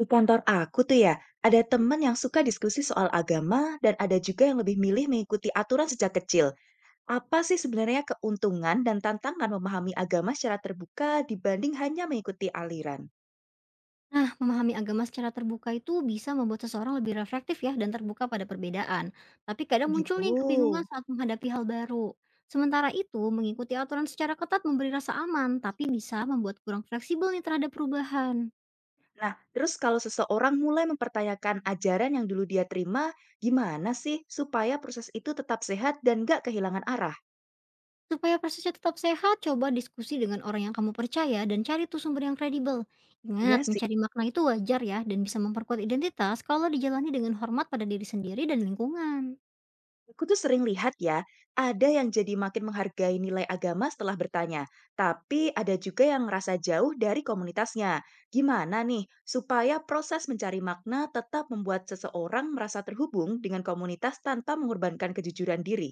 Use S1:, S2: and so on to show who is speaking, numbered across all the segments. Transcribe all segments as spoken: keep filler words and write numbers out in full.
S1: Di kantor aku tuh ya, ada temen yang suka diskusi soal agama dan ada juga yang lebih milih mengikuti aturan sejak kecil. Apa sih sebenarnya keuntungan dan tantangan memahami agama secara terbuka dibanding hanya mengikuti aliran?
S2: Nah, memahami agama secara terbuka itu bisa membuat seseorang lebih reflektif ya dan terbuka pada perbedaan. Tapi kadang muncul
S1: Begitu.
S2: nih kebingungan saat menghadapi hal baru. Sementara itu, mengikuti aturan secara ketat memberi rasa aman, tapi bisa membuat kurang fleksibel nih terhadap perubahan.
S1: Nah, terus kalau seseorang mulai mempertanyakan ajaran yang dulu dia terima, gimana sih supaya proses itu tetap sehat dan nggak kehilangan arah?
S2: Supaya prosesnya tetap sehat, coba diskusi dengan orang yang kamu percaya dan cari tuh sumber yang kredibel. Ingat,
S1: Iya.
S2: mencari makna itu wajar ya dan bisa memperkuat identitas kalau dijalani dengan hormat pada diri sendiri dan lingkungan.
S1: Aku tuh sering lihat ya, ada yang jadi makin menghargai nilai agama setelah bertanya, tapi ada juga yang ngerasa jauh dari komunitasnya. Gimana nih supaya proses mencari makna tetap membuat seseorang merasa terhubung dengan komunitas tanpa mengorbankan kejujuran diri?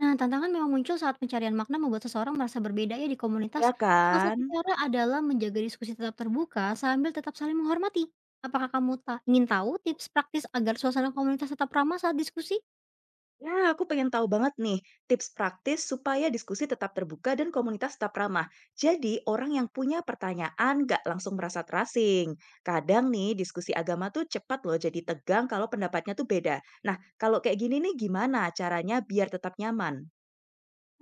S2: Nah, tantangan memang muncul saat pencarian makna membuat seseorang merasa berbeda ya di
S1: Ya
S2: komunitas. Salah satu
S1: kan?
S2: cara adalah menjaga diskusi tetap terbuka sambil tetap saling menghormati. Apakah kamu ta- ingin tahu tips praktis agar suasana komunitas tetap ramah saat diskusi?
S1: Nah, aku pengen tahu banget nih tips praktis supaya diskusi tetap terbuka dan komunitas tetap ramah. Jadi, orang yang punya pertanyaan nggak langsung merasa terasing. Kadang nih, diskusi agama tuh cepat loh jadi tegang kalau pendapatnya tuh beda. Nah, kalau kayak gini nih gimana caranya biar tetap nyaman?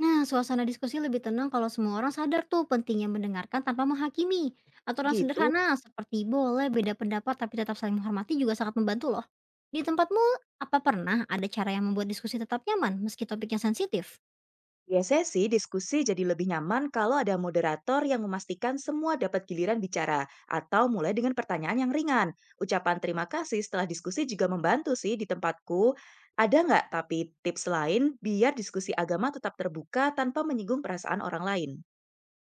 S2: Nah, suasana diskusi lebih tenang kalau semua orang sadar tuh pentingnya mendengarkan tanpa menghakimi. Aturan
S1: Gitu.
S2: sederhana seperti boleh beda pendapat tapi tetap saling menghormati juga sangat membantu loh. Di tempatmu, apa pernah ada cara yang membuat diskusi tetap nyaman meski topiknya sensitif?
S1: Biasanya sih diskusi jadi lebih nyaman kalau ada moderator yang memastikan semua dapat giliran bicara atau mulai dengan pertanyaan yang ringan. Ucapan terima kasih setelah diskusi juga membantu sih di tempatku. Ada nggak tapi tips lain biar diskusi agama tetap terbuka tanpa menyinggung perasaan orang lain?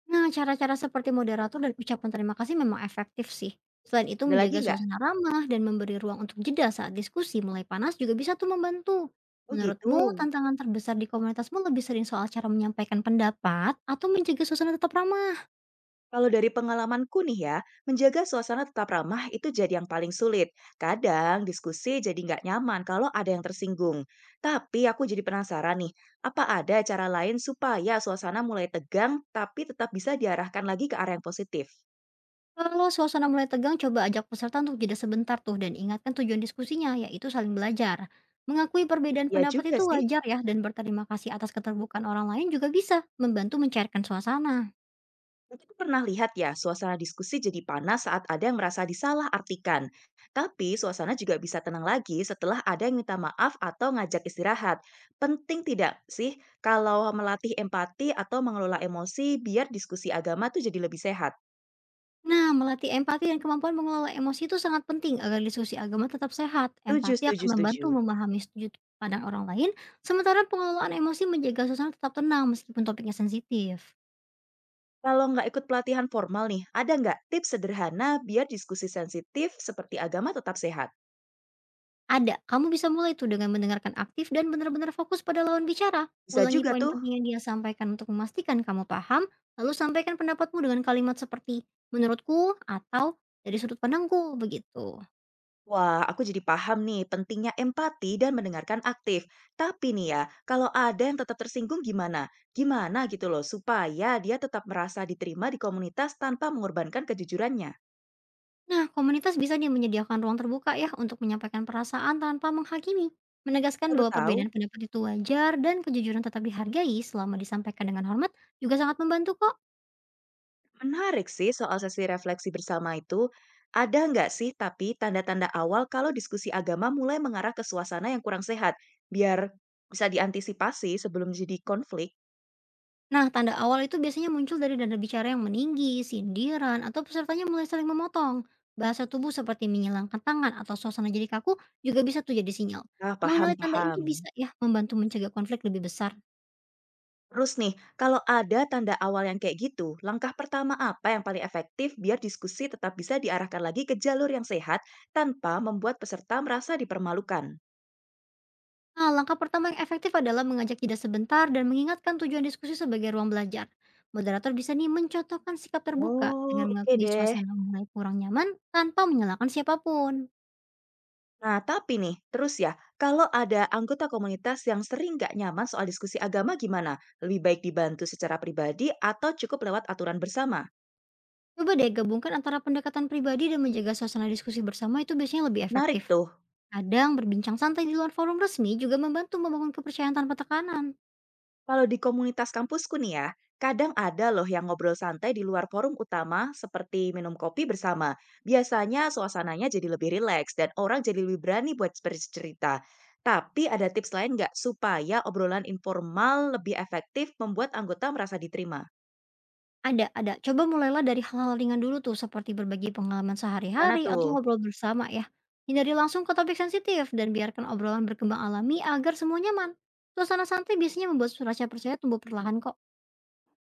S2: Nah, cara-cara seperti moderator dan ucapan terima kasih memang efektif sih. Selain itu,
S1: Ada lagi
S2: menjaga
S1: nggak?
S2: suasana ramah dan memberi ruang untuk jeda saat diskusi mulai panas juga bisa tuh membantu.
S1: Oh
S2: Menurutmu,
S1: gitu.
S2: tantangan terbesar di komunitasmu lebih sering soal cara menyampaikan pendapat atau menjaga suasana tetap ramah?
S1: Kalau dari pengalamanku nih ya, menjaga suasana tetap ramah itu jadi yang paling sulit. Kadang diskusi jadi nggak nyaman kalau ada yang tersinggung. Tapi aku jadi penasaran nih, apa ada cara lain supaya suasana mulai tegang tapi tetap bisa diarahkan lagi ke arah yang positif?
S2: Kalau suasana mulai tegang, coba ajak peserta untuk jeda sebentar tuh dan ingatkan tujuan diskusinya, yaitu saling belajar. Mengakui perbedaan
S1: Ya
S2: pendapat
S1: juga
S2: itu
S1: sih.
S2: wajar ya dan berterima kasih atas keterbukaan orang lain juga bisa membantu mencairkan suasana.
S1: Aku pernah lihat ya, suasana diskusi jadi panas saat ada yang merasa disalahartikan. Tapi suasana juga bisa tenang lagi setelah ada yang minta maaf atau ngajak istirahat. Penting tidak sih kalau melatih empati atau mengelola emosi biar diskusi agama tuh jadi lebih sehat?
S2: Nah, melatih empati dan kemampuan mengelola emosi itu sangat penting agar diskusi agama tetap sehat.
S1: Setuju,
S2: Empati
S1: setuju,
S2: akan
S1: setuju.
S2: membantu memahami sudut pandang orang lain, sementara pengelolaan emosi menjaga suasana tetap tenang meskipun topiknya sensitif.
S1: Kalau nggak ikut pelatihan formal nih, ada nggak tips sederhana biar diskusi sensitif seperti agama tetap sehat?
S2: Ada, kamu bisa mulai itu dengan mendengarkan aktif dan benar-benar fokus pada lawan bicara.
S1: Bisa
S2: Ulangi
S1: juga
S2: poin
S1: tuh.
S2: penting yang dia sampaikan untuk memastikan kamu paham, lalu sampaikan pendapatmu dengan kalimat seperti menurutku atau dari sudut pandangku begitu.
S1: Wah, aku jadi paham nih pentingnya empati dan mendengarkan aktif. Tapi nih ya, kalau ada yang tetap tersinggung gimana? Gimana gitu loh, supaya dia tetap merasa diterima di komunitas tanpa mengorbankan kejujurannya.
S2: Nah, komunitas bisa dia menyediakan ruang terbuka ya untuk menyampaikan perasaan tanpa menghakimi, menegaskan
S1: Baru
S2: bahwa
S1: tahu,
S2: perbedaan pendapat itu wajar dan kejujuran tetap dihargai selama disampaikan dengan hormat juga sangat membantu kok.
S1: menarik sih soal sesi refleksi bersama itu. Ada nggak sih tapi tanda-tanda awal kalau diskusi agama mulai mengarah ke suasana yang kurang sehat? Biar bisa diantisipasi sebelum jadi konflik.
S2: Nah, tanda awal itu biasanya muncul dari dada bicara yang meninggi, sindiran, atau pesertanya mulai saling memotong. Bahasa tubuh seperti menyilangkan tangan atau suasana jadi kaku juga bisa tuh jadi sinyal.
S1: Ah, paham,
S2: Mengenali tanda ini
S1: paham.
S2: bisa ya membantu mencegah konflik lebih besar.
S1: Terus nih, kalau ada tanda awal yang kayak gitu, langkah pertama apa yang paling efektif biar diskusi tetap bisa diarahkan lagi ke jalur yang sehat tanpa membuat peserta merasa dipermalukan?
S2: Nah, langkah pertama yang efektif adalah mengajak jeda sebentar dan mengingatkan tujuan diskusi sebagai ruang belajar. Moderator bisa nih mencontohkan sikap terbuka dengan
S1: Oh, oke
S2: mengakui
S1: deh.
S2: suasana mulai kurang nyaman tanpa menyalahkan siapapun.
S1: Nah, tapi nih, terus ya, kalau ada anggota komunitas yang sering nggak nyaman soal diskusi agama gimana? Lebih baik dibantu secara pribadi atau cukup lewat aturan bersama?
S2: Coba deh gabungkan antara pendekatan pribadi dan menjaga suasana diskusi bersama itu biasanya lebih
S1: Menarik
S2: efektif.
S1: tuh.
S2: Kadang berbincang santai di luar forum resmi juga membantu membangun kepercayaan tanpa tekanan.
S1: Kalau di komunitas kampusku nih ya, kadang ada loh yang ngobrol santai di luar forum utama seperti minum kopi bersama. Biasanya suasananya jadi lebih rileks dan orang jadi lebih berani buat bercerita. Tapi ada tips lain nggak supaya obrolan informal lebih efektif membuat anggota merasa diterima?
S2: Ada ada. Coba mulailah dari hal-hal ringan dulu tuh, seperti berbagi pengalaman
S1: Gimana
S2: sehari-hari atau
S1: tuh?
S2: ngobrol bersama ya. Hindari langsung ke topik sensitif dan biarkan obrolan berkembang alami agar semua nyaman. Suasana santai biasanya membuat rasa percaya tumbuh perlahan kok.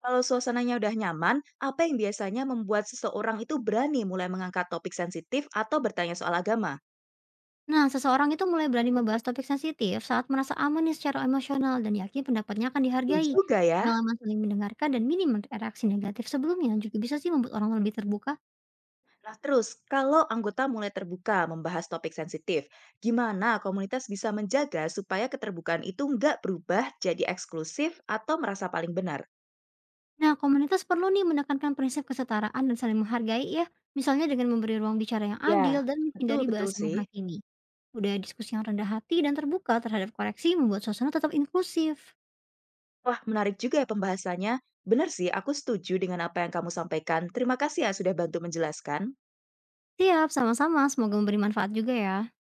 S1: Kalau suasananya udah nyaman, apa yang biasanya membuat seseorang itu berani mulai mengangkat topik sensitif atau bertanya soal agama?
S2: Nah, seseorang itu mulai berani membahas topik sensitif saat merasa aman nih secara emosional dan yakin pendapatnya akan
S1: Betul
S2: dihargai.
S1: juga ya.
S2: Pengalaman saling mendengarkan dan minim reaksi negatif sebelumnya juga bisa sih membuat orang lebih terbuka.
S1: Nah, terus kalau anggota mulai terbuka membahas topik sensitif, gimana komunitas bisa menjaga supaya keterbukaan itu nggak berubah jadi eksklusif atau merasa paling benar?
S2: Nah, komunitas perlu nih menekankan prinsip kesetaraan dan saling menghargai ya, misalnya dengan memberi ruang bicara yang
S1: Ya,
S2: adil dan menghindari
S1: betul-betul
S2: bahasa
S1: sih.
S2: menghakimi. Budaya diskusi yang rendah hati dan terbuka terhadap koreksi membuat suasana tetap inklusif.
S1: Wah, menarik juga ya pembahasannya. Benar sih, aku setuju dengan apa yang kamu sampaikan. Terima kasih ya sudah bantu menjelaskan.
S2: Siap, sama-sama. Semoga memberi manfaat juga ya.